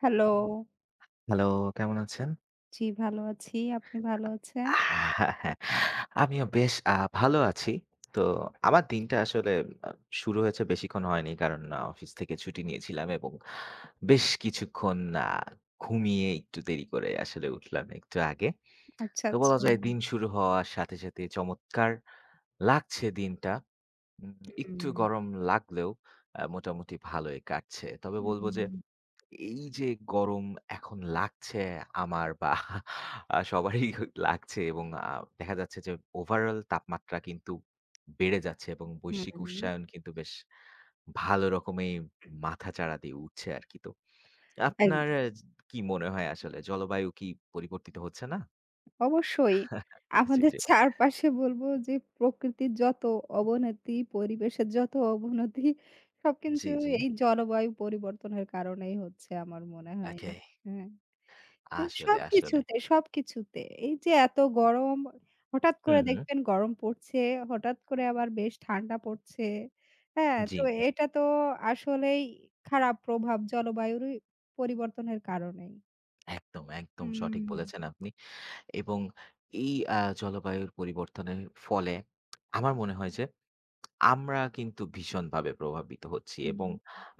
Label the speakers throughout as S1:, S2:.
S1: Hello.
S2: Hello, কেমন আছেন?
S1: জি, ভালো আছি। আপনি ভালো আছেন?
S2: হ্যাঁ, হ্যাঁ, আমিও বেশ ভালো আছি। তো আমার দিনটা আসলে আ শুরু হয়েছে বেশিক্ষণ হয়নি। কারণ অফিস থেকে ছুটি নিয়েছিলাম এবং বেশ কিছুক্ষণ আ ঘুমিয়ে একটু দেরি করে আসলে উঠলাম একটু আগে।
S1: আচ্ছা,
S2: তো
S1: আচ্ছা।
S2: বলা যায় দিন শুরু হওয়ার সাথে সাথে চমৎকার লাগছে দিনটা। উম একটু
S1: হুম,
S2: গরম লাগলেও মোটামুটি ভালোই কাটছে। তবে বলব যে
S1: হুম,
S2: এই যে গরম এখন লাগছে আমার বা সবারই লাগছে এবং দেখা যাচ্ছে যে ওভারঅল তাপমাত্রা কিন্তু বেড়ে যাচ্ছে এবং বৈশ্বিক
S1: হুম।
S2: উষ্ণায়ন কিন্তু বেশ ভালো রকমেই মাথাচাড়া দিয়ে উঠছে আরকি। তো আপনার
S1: একদম।
S2: কি মনে হয় আসলে জলবায়ু কি পরিবর্তিত হচ্ছে না?
S1: অবশ্যই।
S2: জি,
S1: আমাদের
S2: জি।
S1: চারপাশে বলব যে প্রকৃতির যত অবনতি, পরিবেশের যত অবনতি
S2: জি,
S1: সবকিছু
S2: জি।
S1: এই জলবায়ু পরিবর্তনের কারণেই হচ্ছে আমার মনে হয়।
S2: ওকে।
S1: হ্যাঁ। তো
S2: আসলে, আসলে।
S1: সবকিছুতে, সবকিছুতে। এই যে এত গরম, হঠাৎ
S2: হুম,
S1: করে
S2: হুম।
S1: দেখবেন গরম পড়ছে, হঠাৎ করে আবার বেশ ঠান্ডা পড়ছে। হ্যাঁ,
S2: জি,
S1: তো
S2: জি।
S1: এটা তো আসলেই খারাপ প্রভাব জলবায়ুরই পরিবর্তনের কারণেই।
S2: একদম, একদম সঠিক
S1: হুম,
S2: বলেছেন আপনি। এবং এই জলবায়ুর পরিবর্তনের ফলে আমার মনে হয় যে আমরা কিন্তু ভীষণভাবে প্রভাবিত হচ্ছি
S1: হুম,
S2: এবং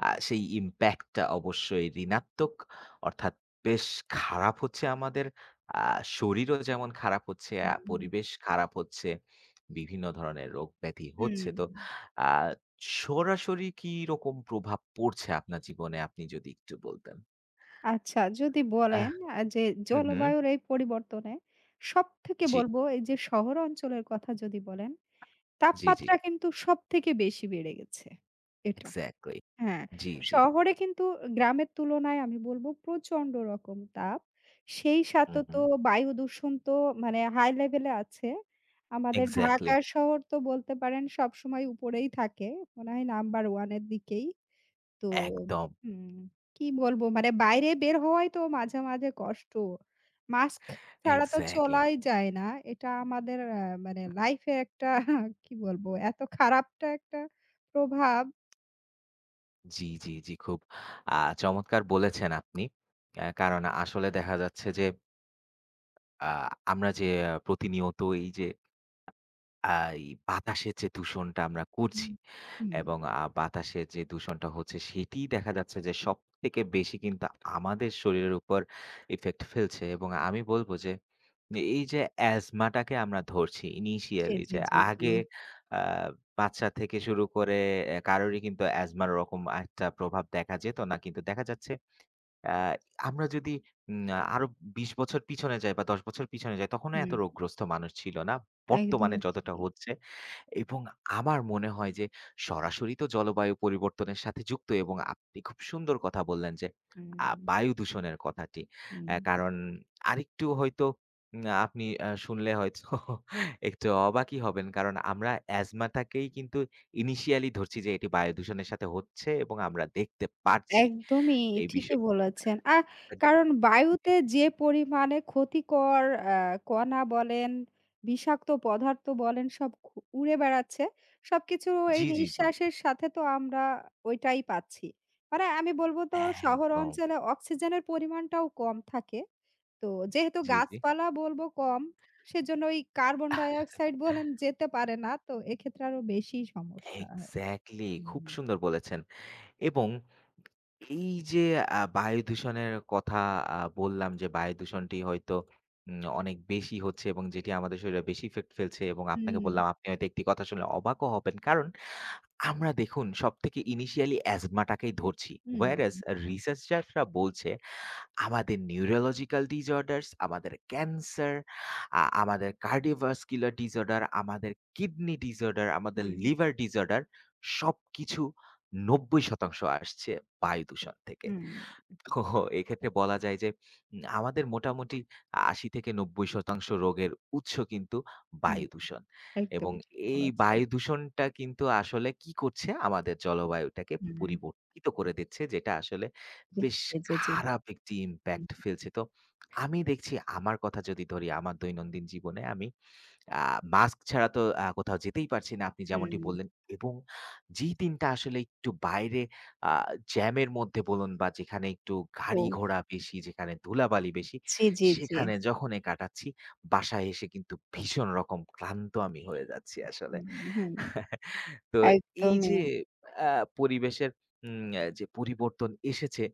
S2: সেই ইমপ্যাক্টটা অবশ্যই ঋণাত্মক, অর্থাৎ বেশ খারাপ হচ্ছে। আমাদের আ শরীরও যেমন খারাপ হচ্ছে,
S1: হুম,
S2: পরিবেশ খারাপ হচ্ছে, বিভিন্ন ধরনের রোগ ব্যাধি হচ্ছে।
S1: হুম।
S2: তো আ সরাসরি কি রকম প্রভাব পড়ছে আপনার জীবনে আপনি যদি একটু বলতেন?
S1: আচ্ছা যদি বলেন
S2: আহ,
S1: যে
S2: হু, হু।
S1: জলবায়ুর এই পরিবর্তনে সবথেকে
S2: জি,
S1: বলব এই যে শহর অঞ্চলের কথা যদি বলেন,
S2: জি, জি।
S1: তাপমাত্রা কিন্তু সবথেকে বেশি বেড়ে গেছে। এটা।
S2: এক্সাক্টলি।
S1: হ্যাঁ,
S2: জি, জি।
S1: শহরে কিন্তু গ্রামের তুলনায় আমি বলব প্রচন্ড রকম তাপ। সেই
S2: হু,
S1: সাথে
S2: হু।
S1: তো বায়ু দূষণ তো মানে হাই লেভেলে আছে। আমাদের
S2: এক্সাক্টলি,
S1: ঢাকা শহর তো বলতে পারেন সবসময় উপরেই থাকে। মনে হয় নাম্বার 1 এর দিকেই। তো
S2: একদম,
S1: হুম, কি বলবো মানে বাইরে বের হওয়াই তো মাঝে, মাঝে কষ্ট। মাস্ক ছাড়া তো
S2: এক্সাক্টলি।
S1: চলাই যায় না। এটা আমাদের মানে লাইফে একটা কি বলবো এত খারাপটা একটা প্রভাব।
S2: জি, জি, জি, খুব আ চমৎকার বলেছেন আপনি। কারণ আসলে দেখা যাচ্ছে যে আ আমরা যে প্রতিনিয়ত এই যে এই বাতাসের যে দূষণটা আমরা করছি
S1: হুম, হুম।
S2: এবং বাতাসের যে দূষণটা হচ্ছে সেটিই দেখা যাচ্ছে যে সবথেকে বেশি কিন্তু আমাদের শরীরের উপর ইফেক্ট ফেলছে। এবং আমি বলব যে এই যে অ্যাজমাটাকে আমরা ধরছি
S1: জি,
S2: ইনিশিয়ালি
S1: জি,
S2: যে
S1: জি, জি।
S2: আগে আ বাচ্চা থেকে শুরু করে কারোরই কিন্তু অ্যাজমার ওরকম একটা প্রভাব দেখা যেত না। কিন্তু দেখা যাচ্ছে আ আমরা যদি উম আরো ২০ বছর পিছনে যাই বা ১০ বছর পিছনে যাই, তখনও এত
S1: হুম,
S2: রোগগ্রস্ত মানুষ ছিল না বর্তমানে
S1: একদমই
S2: যতটা
S1: ঠিক।
S2: হচ্ছে। এবং আমার মনে হয় যে সরাসরি তো জলবায়ু পরিবর্তনের সাথে যুক্ত। এবং আপনি খুব সুন্দর কথা বললেন যে
S1: হুম,
S2: বায়ু দূষণের কথাটি।
S1: হুম।
S2: কারণ আরেকটু হয়তো আপনি শুনলে হয়তো একটু অবাকই হবেন। কারণ আমরা অ্যাজমাটাকেই কিন্তু ইনিশিয়ালি ধরছি যে এটি বায়ু দূষণের সাথে হচ্ছে এবং আমরা দেখতে পারছি
S1: একদমই
S2: এই
S1: ঠিকই
S2: বিষয়টা।
S1: বলেছেন। কারণ বায়ুতে যে পরিমাণে ক্ষতিকর আ কণা বলেন, বিষাক্ত পদার্থ বলেন সব উড়ে বেড়াচ্ছে। সবকিছু এই
S2: জি, জি, জি।
S1: নিঃশ্বাসের সাথে তো আমরা ওইটাই পাচ্ছি। মানে আমি বলব তো শহর
S2: একদম।
S1: অঞ্চলে অক্সিজেনের পরিমাণটাও কম থাকে। তো যেহেতু
S2: জি, জি।
S1: গাছপালা বলব কম, সেজন্য ওই কার্বন ডাইঅক্সাইড বলেন যেতে পারে না। তো এক্ষেত্রে আরো বেশি সমস্যা হয়।
S2: এক্সাক্টলি, খুব
S1: হুম।
S2: সুন্দর বলেছেন। এবং এই যে বায়ু দূষণের কথা বললাম যে, বায়ু দূষণটি হয়তো অনেক বেশি হচ্ছে এবং যেটি আমাদের শরীরে বেশি ইফেক্ট ফেলছে। এবং আপনাকে
S1: হুম,
S2: বললাম আপনি হয়তো একটি কথা শুনলে অবাকও হবেন। কারণ আমরা দেখুন সবথেকে ইনিশিয়ালি অ্যাজমাটাকেই ধরছি,
S1: হুম,
S2: whereas রিসার্চাররা বলছে আমাদের নিউরোলজিক্যাল ডিসঅর্ডারস, আমাদের ক্যান্সার, আমাদের কার্ডিওভাস্কুলার ডিসঅর্ডার, আমাদের কিডনি ডিসঅর্ডার, আমাদের
S1: হুম,
S2: লিভার ডিসঅর্ডার, সবকিছু ৯০% আসছে বায়ু দূষণ থেকে।
S1: হুম,
S2: ওহ! এক্ষেত্রে বলা যায় যে আমাদের মোটামুটি ৮০-৯০% রোগের উৎস কিন্তু
S1: হুম।
S2: বায়ু দূষণ।
S1: একদম
S2: এবং
S1: ঠিক
S2: এই
S1: বলেছেন।
S2: বায়ু দূষণটা কিন্তু আসলে কি করছে? আমাদের জলবায়ুটাকে
S1: হুম।
S2: পরিবর্তিত করে দিচ্ছে, যেটা আসলে
S1: জি,
S2: বেশ
S1: জি, জি, জি।
S2: খারাপ একটি
S1: হুম,
S2: ইমপ্যাক্ট ফেলছে। তো আমি দেখছি আমার কথা যদি ধরি, আমার দৈনন্দিন জীবনে আমি আ মাস্ক ছাড়া তো কোথাও যেতেই পারছি না, আপনি যেমনটি
S1: হুম।
S2: বললেন। এবং যেই দিনটা আসলে একটু বাইরে আ জ্যামের মধ্যে বলুন বা যেখানে একটু
S1: ও
S2: গাড়ি-ঘোড়া বেশি, যেখানে ধুলাবালি বেশি,
S1: জি, জি, জি।
S2: সেখানে যখনই কাটাচ্ছি, বাসায় এসে কিন্তু ভীষণ রকম ক্লান্ত আমি হয়ে যাচ্ছি আসলে।
S1: হুম, হুম।
S2: তো এই
S1: একদমই।
S2: যে আ পরিবেশের উম আ যে পরিবর্তন এসেছে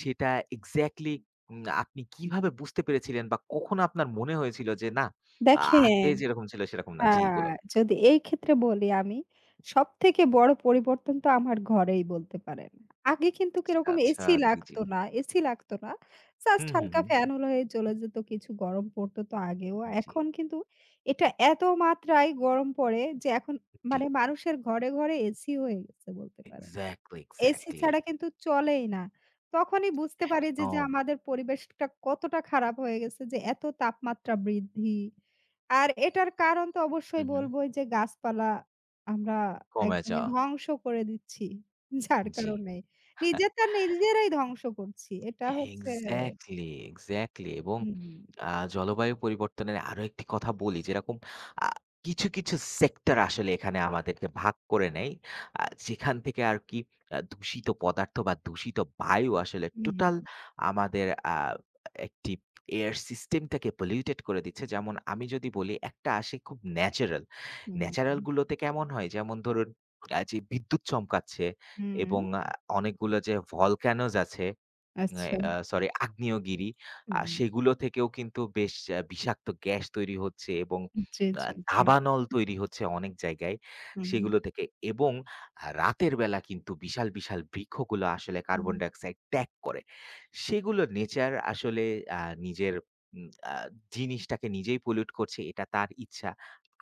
S2: সেটা এক্সাক্টলি আপনি কিভাবে বুঝতে পেরেছিলেন বা কখন আপনার মনে হয়েছিল যে না, আ আগে
S1: দেখেন
S2: যেরকম ছিল সেরকম না?
S1: আ
S2: জি বলুন।
S1: যদি এই ক্ষেত্রে বলি আমি, সবথেকে বড় পরিবর্তন তো আমার ঘরেই বলতে পারেন। আগে কিন্তু
S2: আচ্ছা,
S1: কিরকম
S2: আচ্ছা।
S1: এসি
S2: জি, জি।
S1: লাগতো না, এসি লাগতো না। জাস্ট
S2: হুম, হুম,
S1: হালকা
S2: হুম।
S1: ফ্যান হলেই চলে যেত, কিছু গরম পড়তো তো আগেও।
S2: জি,
S1: এখন কিন্তু এটা এত মাত্রায় গরম পড়ে যে এখন
S2: জি।
S1: মানে মানুষের ঘরে, ঘরে এসি হয়ে গেছে বলতে পারেন।
S2: Exactly,
S1: AC
S2: exactly.
S1: ছাড়া কিন্তু চলেই না। তখনই বুঝতে পারি যে
S2: কম।
S1: আমাদের পরিবেশটা কতটা খারাপ হয়ে গেছে, যে এত তাপমাত্রা বৃদ্ধি। আর এটার কারণ তো
S2: হু,
S1: অবশ্যই
S2: হু।
S1: বলবো যে গাছপালা আমরা
S2: কমে
S1: একদমই
S2: যাওয়া।
S1: ধ্বংস করে দিচ্ছি। যার
S2: জি।
S1: কারণে নিজেরটা নিজেরাই ধ্বংস করছি। এটা হচ্ছে
S2: এক্সাক্টলি, এক্সাক্টলি। এবং
S1: হুম,
S2: জলবায়ু পরিবর্তনের আরো একটি কথা বলি, যেরকম আ কিছু কিছু সেক্টর আসলে এখানে আমাদেরকে ভাগ করে নেয়। যেখান থেকে আর কি দূষিত পদার্থ বা দূষিত বায়ু আসলে
S1: হুম,
S2: টোটাল আমাদের আ একটি এয়ার সিস্টেমটাকে পলিউটেড করে দিচ্ছে। যেমন আমি যদি বলি, একটা আসে খুব ন্যাচারাল। ন্যাচারাল
S1: হুম,
S2: গুলোতে কেমন হয়? যেমন ধরুন যে বিদ্যুৎ চমকাচ্ছে
S1: হুম,
S2: এবং অনেকগুলো যে ভলক্যানোস আছে, মানে
S1: আচ্ছা।
S2: সরি, আগ্নেয়গিরি।
S1: হুম,
S2: সেগুলো থেকেও কিন্তু বেশ বিষাক্ত গ্যাস তৈরি হচ্ছে এবং
S1: জি,
S2: আ
S1: জি, জি।
S2: দাবানল তৈরি হচ্ছে অনেক জায়গায়
S1: হুম,
S2: সেগুলো থেকে। এবং রাতের বেলা কিন্তু বিশাল, বিশাল বৃক্ষগুলো আসলে
S1: হুম,
S2: কার্বন ডাইঅক্সাইড ত্যাগ করে। সেগুলো নেচার আসলে আ নিজের উম আ জিনিসটাকে নিজেই পলিউট করছে, এটা তার ইচ্ছা।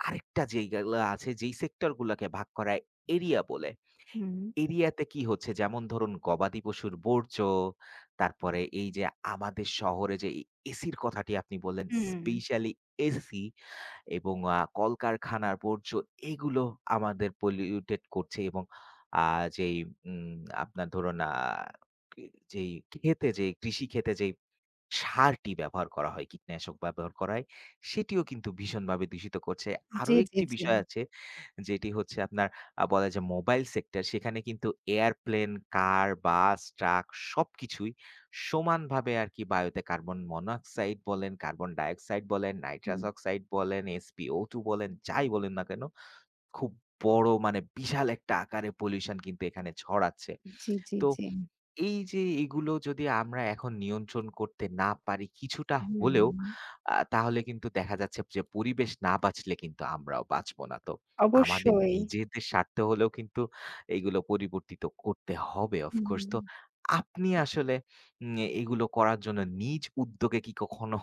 S2: আরেকটা যেইগুলা আছে, যেই সেক্টর গুলাকে ভাগ করা এরিয়া বলে,
S1: হুম,
S2: এরিয়াতে কি হচ্ছে? যেমন ধরুন গবাদি পশুর বর্জ্য, তারপরে এই যে আমাদের শহরে যে এই এসির কথাটি আপনি বললেন,
S1: হুম,
S2: স্পেশালি এসি, এবং কলকারখানার বর্জ্য, এগুলো আমাদের পলিউটেড করছে। এবং আ যেই উম আপনার ধরুন আ কি যেই ক্ষেতে, যেই কৃষি ক্ষেতে যেই সারটি ব্যবহার করা হয়, কীটনাশক ব্যবহার করা হয়, সেটিও কিন্তু ভীষণভাবে দূষিত করছে। আরো
S1: জি, জি,
S2: একটি
S1: জি।
S2: বিষয় আছে, যেটি হচ্ছে আপনার বলা যায় মোবাইল সেক্টর, সেখানে কিন্তু এয়ারপ্লেন, কার, বাস, ট্রাক সবকিছুই সমানভাবে আরকি বায়ুতে কার্বন মনোক্সাইড বলেন, কার্বন ডাইঅক্সাইড বলেন,
S1: হুম,
S2: নাইট্রাস অক্সাইড বলেন, SpO2 বলেন, যাই বলেন না কেন, খুব বড় মানে বিশাল একটা আকারে পলিউশন কিন্তু এখানে ছড়াচ্ছে।
S1: জি, জি,
S2: তো
S1: জি।
S2: এই যে এগুলো যদি আমরা এখন নিয়ন্ত্রণ করতে না পারি কিছুটা
S1: হুম,
S2: হলেও, তাহলে কিন্তু দেখা যাচ্ছে যে পরিবেশ না বাঁচলে কিন্তু আমরাও বাঁচব না। তো আমাদের
S1: অবশ্যই।
S2: নিজেদের স্বার্থে হলেও কিন্তু এগুলো পরিবর্তিত করতে হবে অফ কোর্স।
S1: হুম।
S2: তো আপনি আসলে উম এগুলো করার জন্য নিজ উদ্যোগে কি কখনো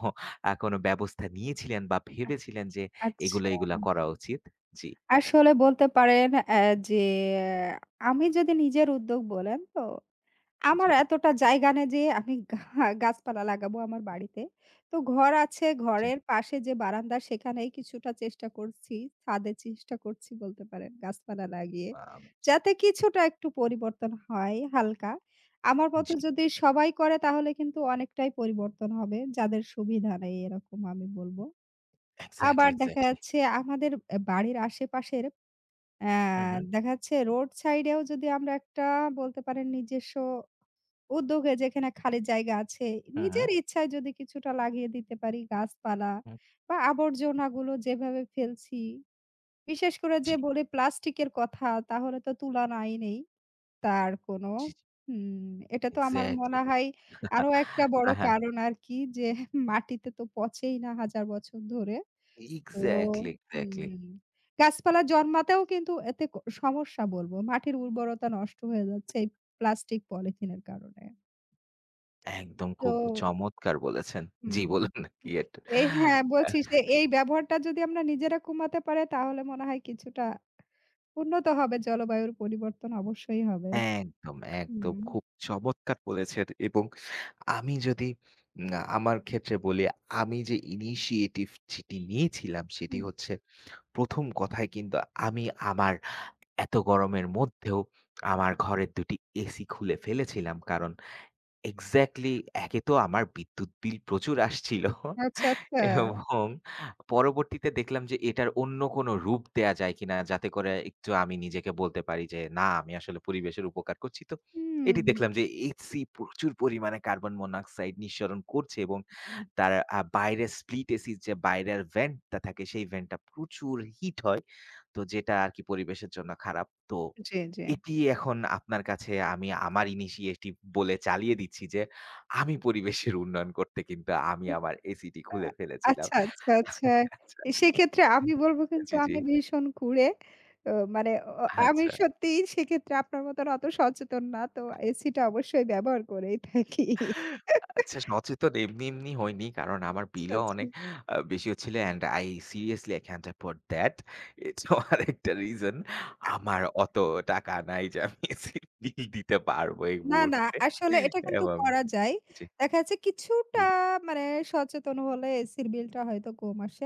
S2: কোনো ব্যবস্থা নিয়েছিলেন বা
S1: আ
S2: ভেবেছিলেন যে এগুলো,
S1: আচ্ছা।
S2: এগুলা করা উচিত? জি,
S1: আসলে বলতে পারেন যে আমি যদি নিজের উদ্যোগ বলেন তো
S2: জি, জি,
S1: আমার এতটা জায়গা নেই যে আমি গাছপালা লাগাবো আমার বাড়িতে। তো ঘর আছে, ঘরের পাশে যে বারান্দা সেখানেই কিছুটা চেষ্টা করছি, ছাদে চেষ্টা করছি বলতে পারেন গাছপালা লাগিয়ে।
S2: আ
S1: যাতে কিছুটা একটু পরিবর্তন হয় হালকা। আমার মতো
S2: জি।
S1: যদি সবাই করে তাহলে কিন্তু অনেকটাই পরিবর্তন হবে। যাদের সুবিধা নেই এরকম আমি বলব। আবার
S2: এক্সাক্টলি,
S1: দেখা
S2: এক্সাক্টলি।
S1: যাচ্ছে আমাদের বাড়ির আশেপাশের অ্যা
S2: হু, হু,
S1: দেখা যাচ্ছে রোড সাইডেও যদি আমরা একটা বলতে পারেন নিজস্ব উদ্যোগে যেখানে খালি জায়গা আছে
S2: হু, হু,
S1: নিজের ইচ্ছায় যদি কিছুটা লাগিয়ে দিতে পারি গাছপালা
S2: হু।
S1: বা আবর্জনাগুলো যেভাবে ফেলছি, বিশেষ করে যে
S2: জি।
S1: বলি প্লাস্টিকের কথা, তাহলে তো তুলনাই নেই তার কোনো।
S2: জি, জি।
S1: হুম। এটা তো আমার
S2: এক্সাক্টলি।
S1: মনে হয় আরো একটা বড়
S2: হ্যাঁ, হ্যাঁ।
S1: কারণ আর কি, যে মাটিতে তো পচেই না হাজার বছর ধরে। তো
S2: এক্সাক্টলি, এক্সাক্টলি।
S1: হুম, গাছপালা জন্মাতেও কিন্তু এতে সমস্যা বলবো, মাটির উর্বরতা নষ্ট হয়ে যাচ্ছে এই প্লাস্টিক পলিথিনের কারণে।
S2: একদম,
S1: তো
S2: খুব চমৎকার বলেছেন। জি,
S1: হুম,
S2: বলুন না, কি একটা?
S1: এই হ্যাঁ, বলছি যে এই ব্যবহারটা যদি আমরা নিজেরা কমাতে পারে তাহলে মনে হয় কিছুটা উন্নত হবে, জলবায়ুর পরিবর্তন অবশ্যই হবে।
S2: একদম, একদম,
S1: হুম,
S2: খুব চমৎকার বলেছেন। এবং আমি যদি উম আমার ক্ষেত্রে বলি, আমি যে ইনিশিয়েটিভ যেটি নিয়েছিলাম সেটি
S1: হুম।
S2: হচ্ছে, ১ম কথায় কিন্তু আমি আমার এত গরমের মধ্যেও আমার ঘরের ২ টি এসি খুলে ফেলেছিলাম। কারণ, এক্সাক্টলি, একে তো আমার বিদ্যুৎ বিল প্রচুর আসছিল,
S1: আচ্ছা, আচ্ছা।
S2: এবং পরবর্তীতে দেখলাম যে এটার অন্য কোনো রূপ দেয়া যায় কিনা যাতে করে একটু আমি নিজেকে বলতে পারি যে না, আমি আসলে পরিবেশের উপকার করছি। তো
S1: হুম,
S2: এটি দেখলাম যে এইচসি প্রচুর পরিমাণে কার্বন মনোক্সাইড নিঃসরণ করছে এবং
S1: হুম।
S2: তার বাইরের স্প্লিট এসির যে বাইরের ভেন্ট টা থাকে সেই ভেন্ট টা প্রচুর হিট হয়। তো যেটা আরকি পরিবেশের জন্য খারাপ। তো
S1: জি, জি।
S2: এটি এখন আপনার কাছে আমি আমার ইনিশিয়েটিভ বলে চালিয়ে দিচ্ছি যে আমি পরিবেশের উন্নয়ন করতে কিন্তু আমি আমার এসিটি
S1: আ
S2: খুলে ফেলেছিলাম।
S1: আচ্ছা, আচ্ছা, আচ্ছা।
S2: আচ্ছা।
S1: সেক্ষেত্রে আমি বলব কিন্তু
S2: জি, জি।
S1: আমি ভীষণ কুঁড়ে। তো মানে আমি
S2: আচ্ছা।
S1: সত্যিই সেক্ষেত্রে আপনার মতন অত সচেতন না। তো এসিটা অবশ্যই ব্যবহার করেই থাকি।
S2: আচ্ছা, সচেতন এমনি এমনি হইনি। কারণ আমার
S1: আচ্ছা,
S2: বিলও
S1: আচ্ছা।
S2: অনেক বেশিও ছিল and I seriously I can't afford that. এটাও আরেকটা রিজন।
S1: আ
S2: আমার অত টাকা নাই যে আমি এসি বিল দিতে পারবো এই
S1: না, না,
S2: মুহূর্তে।
S1: আসলে এটা কিন্তু
S2: এবং
S1: করা যায়।
S2: জি,
S1: দেখা যাচ্ছে কিছুটা
S2: জি,
S1: মানে সচেতন হলে এসির বিলটা হয়তো কম আসে।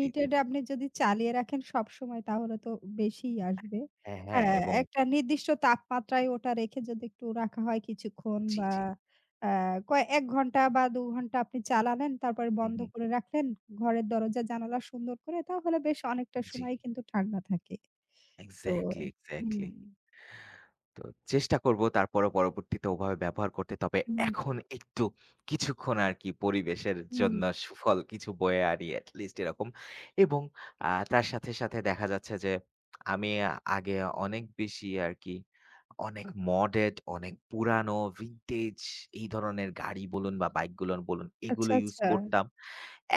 S2: জি, জি।
S1: আপনি যদি চালিয়ে রাখেন সবসময় তাহলে তো বেশিই আসবে।
S2: হ্যাঁ, হ্যাঁ।
S1: হ্যাঁ,
S2: এবং
S1: একটা নির্দিষ্ট তাপমাত্রায় ওটা রেখে যদি একটু রাখা হয় কিছুক্ষণ,
S2: জি,
S1: বা
S2: জি।
S1: আ কয় ১ ঘন্টা বা ২ ঘন্টা আপনি চালালেন, তারপরে
S2: হুম,
S1: বন্ধ
S2: হুম।
S1: করে রাখলেন। ঘরের দরজা জানালা সুন্দর করে, তাহলে বেশ অনেকটা
S2: জি।
S1: সময় কিন্তু ঠান্ডা থাকে। তো
S2: এক্সাক্টলি, এক্সাক্টলি।
S1: হুম,
S2: তো চেষ্টা করব তারপরও পরবর্তীতে ওভাবে ব্যবহার করতে। তবে
S1: হুম,
S2: এখন একটু কিছুক্ষণ আরকি পরিবেশের
S1: হুম।
S2: জন্য সুফল কিছু বয়ে আনি at least এরকম। এবং তার সাথে সাথে দেখা যাচ্ছে যে আমি আগে অনেক বেশি আরকি অনেক মডেড, অনেক পুরানো, ভিন্টেজ এই ধরনের গাড়ি বলুন বা বাইক গুলোন বলুন
S1: আচ্ছা,
S2: এগুলো ইউজ
S1: আচ্ছা।
S2: করতাম।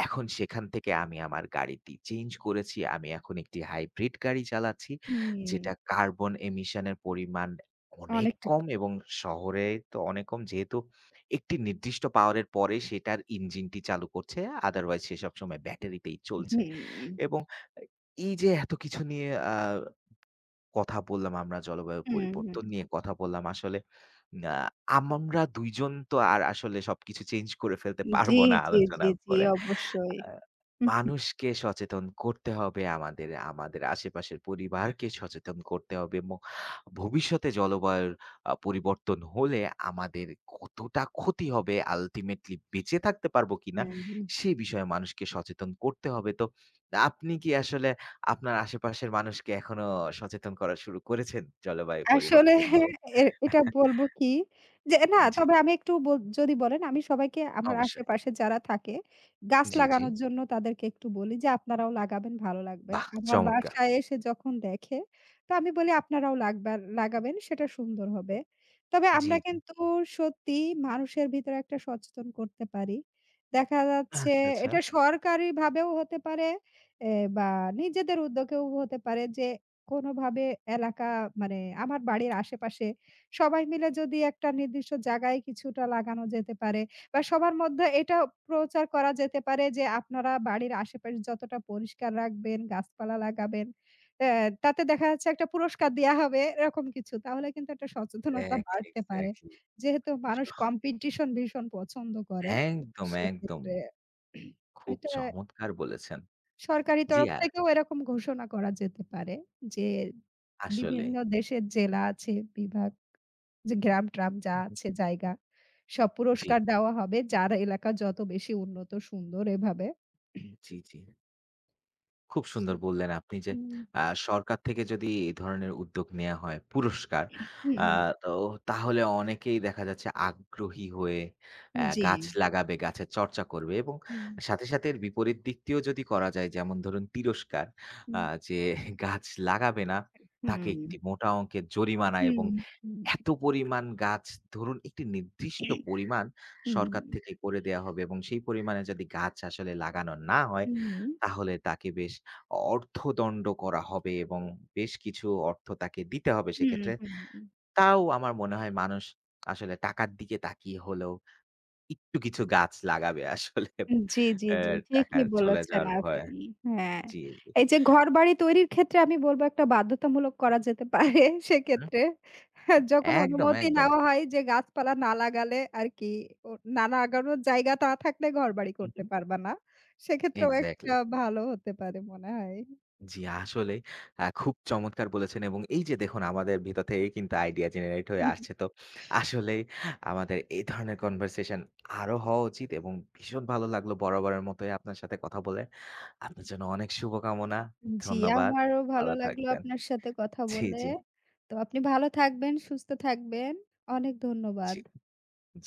S2: এখন সেখান থেকে আমি আমার গাড়িটি চেঞ্জ করেছি। আমি এখন একটি হাইব্রিড গাড়ি চালাচ্ছি,
S1: হুম,
S2: যেটা কার্বন এমিশন এর পরিমাণ অনেক
S1: অনেকটুকু।
S2: কম। এবং শহরে তো অনেক কম, যেহেতু একটি নির্দিষ্ট পাওয়ার এর পরে সেটার ইঞ্জিনটি চালু করছে। আদারওয়াইজ সে সবসময় ব্যাটারিতেই চলছে।
S1: হুম,
S2: এবং এই যে এত কিছু নিয়ে কথা বললাম, আমরা জলবায়ু
S1: হুম, হুম।
S2: পরিবর্তন নিয়ে কথা বললাম। আসলে আ আমরা ২ জন তো আর আসলে সবকিছু চেঞ্জ করে ফেলতে পারব
S1: জি,
S2: না
S1: জি,
S2: আলোচনা
S1: জি, জি,
S2: করে।
S1: অবশ্যই।
S2: আ
S1: হুম,
S2: মানুষকে সচেতন করতে হবে, আমাদের আমাদের আশেপাশের পরিবারকে সচেতন করতে হবে। এবং ভবিষ্যতে জলবায়ুর পরিবর্তন হলে আমাদের কতটা ক্ষতি হবে, ultimately বেঁচে থাকতে পারবো কিনা,
S1: হুম, হুম।
S2: সে বিষয়ে মানুষকে সচেতন করতে হবে। তো আপনি কি আসলে আপনার আশেপাশের মানুষকে এখনো সচেতন করা শুরু করেছেন জলবায়ু
S1: আসলে
S2: পরিবর্তন নিয়ে?
S1: এটা বলব কি যে, না,
S2: জি,
S1: তবে আমি একটু যদি বলেন, আমি সবাইকে, আমার
S2: অবশ্যই।
S1: আশেপাশে যারা থাকে গাছ
S2: জি, জি।
S1: লাগানোর জন্য তাদেরকে একটু বলি যে আপনারাও লাগাবেন, ভালো লাগবে।
S2: বাহ!
S1: আমার
S2: চমৎকার।
S1: বাসায় এসে যখন দেখে তো আমি বলি আপনারাও লাগবার লাগাবেন, সেটা সুন্দর হবে। তবে
S2: জি,
S1: আমরা
S2: জি।
S1: কিন্তু সত্যি মানুষের ভিতরে একটা সচেতন করতে পারি। দেখা যাচ্ছে
S2: আচ্ছা, আচ্ছা।
S1: এটা সরকারিভাবেও হতে পারে, এ বা নিজেদের উদ্যোগেও হতে পারে যে কোনোভাবে এলাকা মানে আমার বাড়ির আশেপাশে সবাই মিলে যদি একটা নির্দিষ্ট জায়গায় কিছুটা লাগানো যেতে পারে, বা সবার মধ্যে এটা প্রচার করা যেতে পারে যে আপনারা বাড়ির আশেপাশে যতটা পরিষ্কার রাখবেন, গাছপালা লাগাবেন। অ্যা তাতে দেখা যাচ্ছে একটা পুরস্কার দেয়া হবে এরকম কিছু। তাহলে কিন্তু একটা সচেতনতা
S2: এক্সাক্টলি,
S1: বাড়তে পারে।
S2: এক্সাক্টলি।
S1: যেহেতু মানুষ কম্পিটিশন ভীষণ পছন্দ করে
S2: একদম, একদম।
S1: সেক্ষেত্রে
S2: খুব
S1: এটা
S2: চমৎকার বলেছেন।
S1: সরকারি
S2: জি,
S1: তরফ থেকেও এরকম ঘোষণা করা যেতে পারে যে,
S2: আসলে।
S1: বিভিন্ন দেশের জেলা আছে, বিভাগ, যে গ্রাম-ট্রাম যা
S2: হুম, হুম।
S1: আছে জায়গা, সব
S2: জি,
S1: পুরস্কার দেওয়া হবে যার এলাকা যত বেশি উন্নত সুন্দর, এভাবে।
S2: জি, জি। খুব সুন্দর বললেন আপনি যে
S1: হুম,
S2: আ সরকার থেকে যদি এই ধরনের উদ্যোগ নেয়া হয়, পুরস্কার,
S1: হুম,
S2: হুম। তো তাহলে অনেকেই দেখা যাচ্ছে আগ্রহী হয়ে
S1: জি।
S2: গাছ লাগাবে, গাছের চর্চা করবে। এবং
S1: হুম,
S2: সাথে সাথে এর বিপরীত দিকটিও যদি করা যায়, যেমন ধরুন তিরস্কার, আ
S1: হুম,
S2: যে গাছ লাগাবে না তাকে
S1: হুম,
S2: একটি মোটা অঙ্কের জরিমানা,
S1: হুম,
S2: এবং
S1: হুম,
S2: এত পরিমাণ গাছ ধরুন একটি নির্দিষ্ট পরিমাণ
S1: হুম,
S2: সরকার থেকে করে দেয়া হবে, এবং সেই পরিমাণে যদি গাছ আসলে লাগানো না হয়
S1: হুম,
S2: তাহলে তাকে বেশ অর্থদণ্ড করা হবে, এবং বেশ কিছু অর্থ তাকে দিতে হবে
S1: হুম,
S2: সেক্ষেত্রে।
S1: হুম, হুম।
S2: তাও আমার মনে হয় মানুষ আসলে টাকার দিকে তাকিয়ে হলেও একটু কিছু গাছ লাগাবে আসলে।
S1: জি, জি,
S2: অ্যা
S1: জি।
S2: টাকা
S1: ঠিকই
S2: চলে
S1: বলেছেন
S2: যাওয়ার ভয়ে।
S1: আপনি। হ্যাঁ।
S2: জি, জি।
S1: এই যে ঘরবাড়ি তৈরির ক্ষেত্রে আমি বলব একটা বাধ্যতামূলক করা যেতে পারে
S2: হুম,
S1: সেক্ষেত্রে। হ্যাঁ, যখন
S2: একদম,
S1: অনুমতি
S2: একদম।
S1: নেওয়া হয় যে গাছপালা না লাগালে আরকি, ও না লাগানোর জায়গা না থাকলে ঘরবাড়ি
S2: হু, হু।
S1: করতে পারবা না। সেক্ষেত্রেও একটা
S2: এক্সাক্টলি।
S1: ভালো হতে পারে মনে হয়।
S2: জি, আসলেই, খুব চমৎকার বলেছেন। এবং এই যে দেখুন আমাদের ভিতর থেকেই কিন্তু আইডিয়া জেনারেট হয়ে আসছে। তো আসলেই আমাদের এই ধরনের কনভারসেশন আরো হওয়া উচিত। এবং ভীষণ ভালো লাগলো বরাবরের মতোই আপনার সাথে কথা বলে। আপনার জন্য অনেক শুভকামনা।
S1: জি,
S2: ধন্যবাদ।
S1: আমারও ভালো
S2: ভালো
S1: লাগলো
S2: থাকবেন।
S1: আপনার সাথে কথা
S2: জি,
S1: বলে।
S2: জি,
S1: তো আপনি ভালো থাকবেন, সুস্থ থাকবেন। অনেক ধন্যবাদ।
S2: জি, জি।